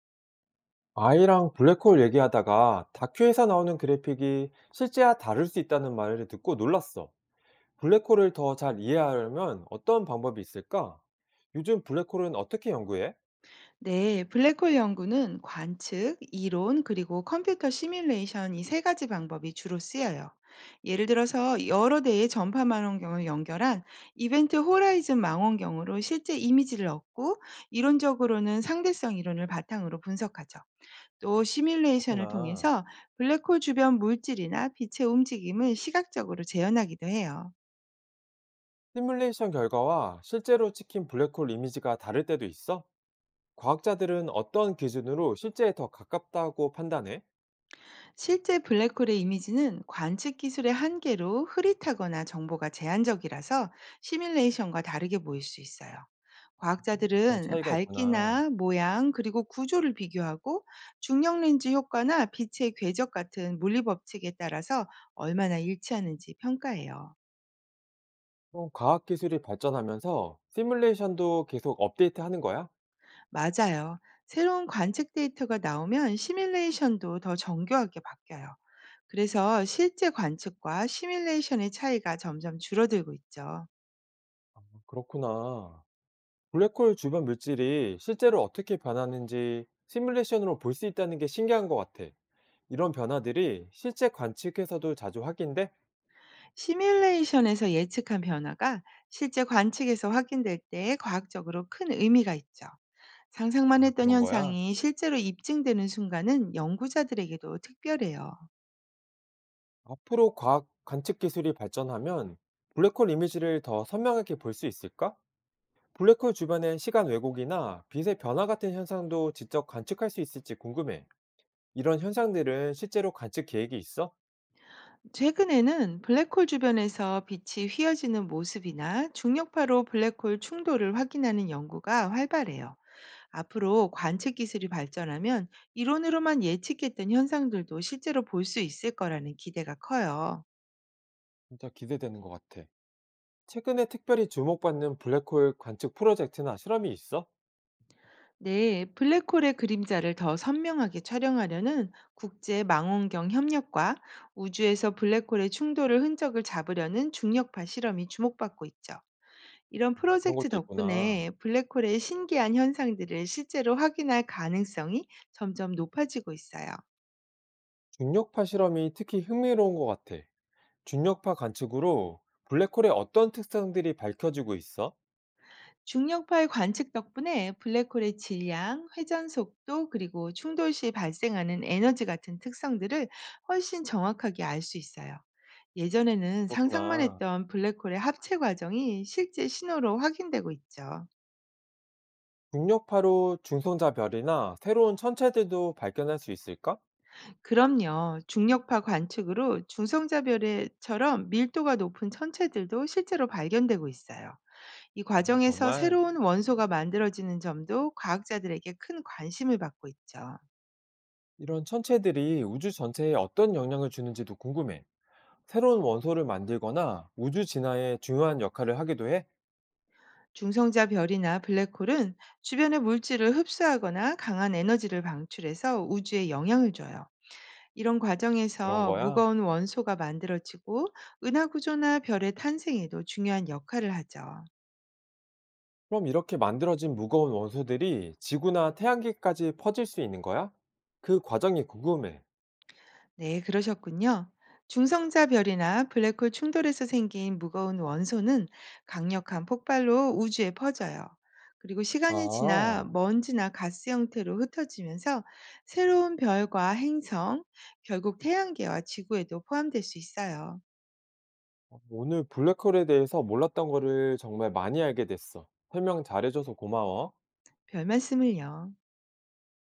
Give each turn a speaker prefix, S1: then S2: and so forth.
S1: 아이랑 블랙홀 얘기하다가 다큐에서 나오는 그래픽이 실제와 다를 수 있다는 말을 듣고 놀랐어. 블랙홀을 더 잘 이해하려면 어떤 방법이 있을까? 요즘 블랙홀은 어떻게 연구해?
S2: 네, 블랙홀 연구는 관측, 이론, 그리고 컴퓨터 시뮬레이션 이 세 가지 방법이 주로 쓰여요. 예를 들어서 여러 대의 전파 망원경을 연결한 이벤트 호라이즌 망원경으로 실제 이미지를 얻고 이론적으로는 상대성 이론을 바탕으로 분석하죠. 또 시뮬레이션을
S1: 그렇구나.
S2: 통해서 블랙홀 주변 물질이나 빛의 움직임을 시각적으로 재현하기도 해요.
S1: 시뮬레이션 결과와 실제로 찍힌 블랙홀 이미지가 다를 때도 있어? 과학자들은 어떤 기준으로 실제에 더 가깝다고 판단해?
S2: 실제 블랙홀의 이미지는 관측 기술의 한계로 흐릿하거나 정보가 제한적이라서 시뮬레이션과 다르게 보일 수 있어요.
S1: 그런
S2: 과학자들은
S1: 차이가 있구나.
S2: 밝기나 모양 그리고 구조를 비교하고 중력 렌즈 효과나 빛의 궤적 같은 물리 법칙에 따라서 얼마나 일치하는지 평가해요.
S1: 그럼 과학 기술이 발전하면서 시뮬레이션도 계속 업데이트하는 거야?
S2: 맞아요. 새로운 관측 데이터가 나오면 시뮬레이션도 더 정교하게 바뀌어요. 그래서 실제 관측과 시뮬레이션의 차이가 점점 줄어들고 있죠.
S1: 그렇구나. 블랙홀 주변 물질이 실제로 어떻게 변하는지 시뮬레이션으로 볼 수 있다는 게 신기한 것 같아. 이런 변화들이 실제 관측에서도 자주 확인돼?
S2: 시뮬레이션에서 예측한 변화가 실제 관측에서 확인될 때 과학적으로 큰 의미가 있죠. 상상만
S1: 아,
S2: 했던
S1: 그런 거야?
S2: 현상이 실제로 입증되는 순간은 연구자들에게도 특별해요.
S1: 앞으로 과학 관측 기술이 발전하면 블랙홀 이미지를 더 선명하게 볼 수 있을까? 블랙홀 주변의 시간 왜곡이나 빛의 변화 같은 현상도 직접 관측할 수 있을지 궁금해. 이런 현상들은 실제로 관측 계획이 있어?
S2: 최근에는 블랙홀 주변에서 빛이 휘어지는 모습이나 중력파로 블랙홀 충돌을 확인하는 연구가 활발해요. 앞으로 관측 기술이 발전하면 이론으로만 예측했던 현상들도 실제로 볼 수 있을 거라는 기대가 커요.
S1: 진짜 기대되는 것 같아. 최근에 특별히 주목받는 블랙홀 관측 프로젝트나 실험이 있어?
S2: 네, 블랙홀의 그림자를 더 선명하게 촬영하려는 국제 망원경 협력과 우주에서 블랙홀의 충돌을 흔적을 잡으려는 중력파 실험이 주목받고 있죠. 이런
S1: 그런
S2: 프로젝트
S1: 것도 있구나.
S2: 덕분에 블랙홀의 신기한 현상들을 실제로 확인할 가능성이 점점 높아지고 있어요.
S1: 중력파 실험이 특히 흥미로운 것 같아. 중력파 관측으로 블랙홀의 어떤 특성들이 밝혀지고 있어?
S2: 중력파의 관측 덕분에 블랙홀의 질량, 회전 속도, 그리고 충돌 시 발생하는 에너지 같은 특성들을 훨씬 정확하게 알 수 있어요. 예전에는 상상만
S1: 그렇구나.
S2: 했던 블랙홀의 합체 과정이 실제 신호로 확인되고 있죠.
S1: 중력파로 중성자 별이나 새로운 천체들도 발견할 수 있을까?
S2: 그럼요. 중력파 관측으로 중성자별에처럼 밀도가 높은 천체들도 실제로 발견되고 있어요. 이
S1: 아,
S2: 과정에서
S1: 정말.
S2: 새로운 원소가 만들어지는 점도 과학자들에게 큰 관심을 받고 있죠.
S1: 이런 천체들이 우주 전체에 어떤 영향을 주는지도 궁금해. 새로운 원소를 만들거나 우주 진화에 중요한 역할을 하기도 해?
S2: 중성자 별이나 블랙홀은 주변의 물질을 흡수하거나 강한 에너지를 방출해서 우주에 영향을 줘요. 이런
S1: 그런
S2: 과정에서
S1: 거야?
S2: 무거운 원소가 만들어지고 은하 구조나 별의 탄생에도 중요한 역할을 하죠.
S1: 그럼 이렇게 만들어진 무거운 원소들이 지구나 태양계까지 퍼질 수 있는 거야? 그 과정이 궁금해.
S2: 네, 그러셨군요. 중성자 별이나 블랙홀 충돌에서 생긴 무거운 원소는 강력한 폭발로 우주에 퍼져요. 그리고 시간이 지나
S1: 아,
S2: 먼지나 가스 형태로 흩어지면서 새로운 별과 행성, 결국 태양계와 지구에도 포함될 수 있어요.
S1: 오늘 블랙홀에 대해서 몰랐던 거를 정말 많이 알게 됐어. 설명 잘해줘서 고마워.
S2: 별 말씀을요.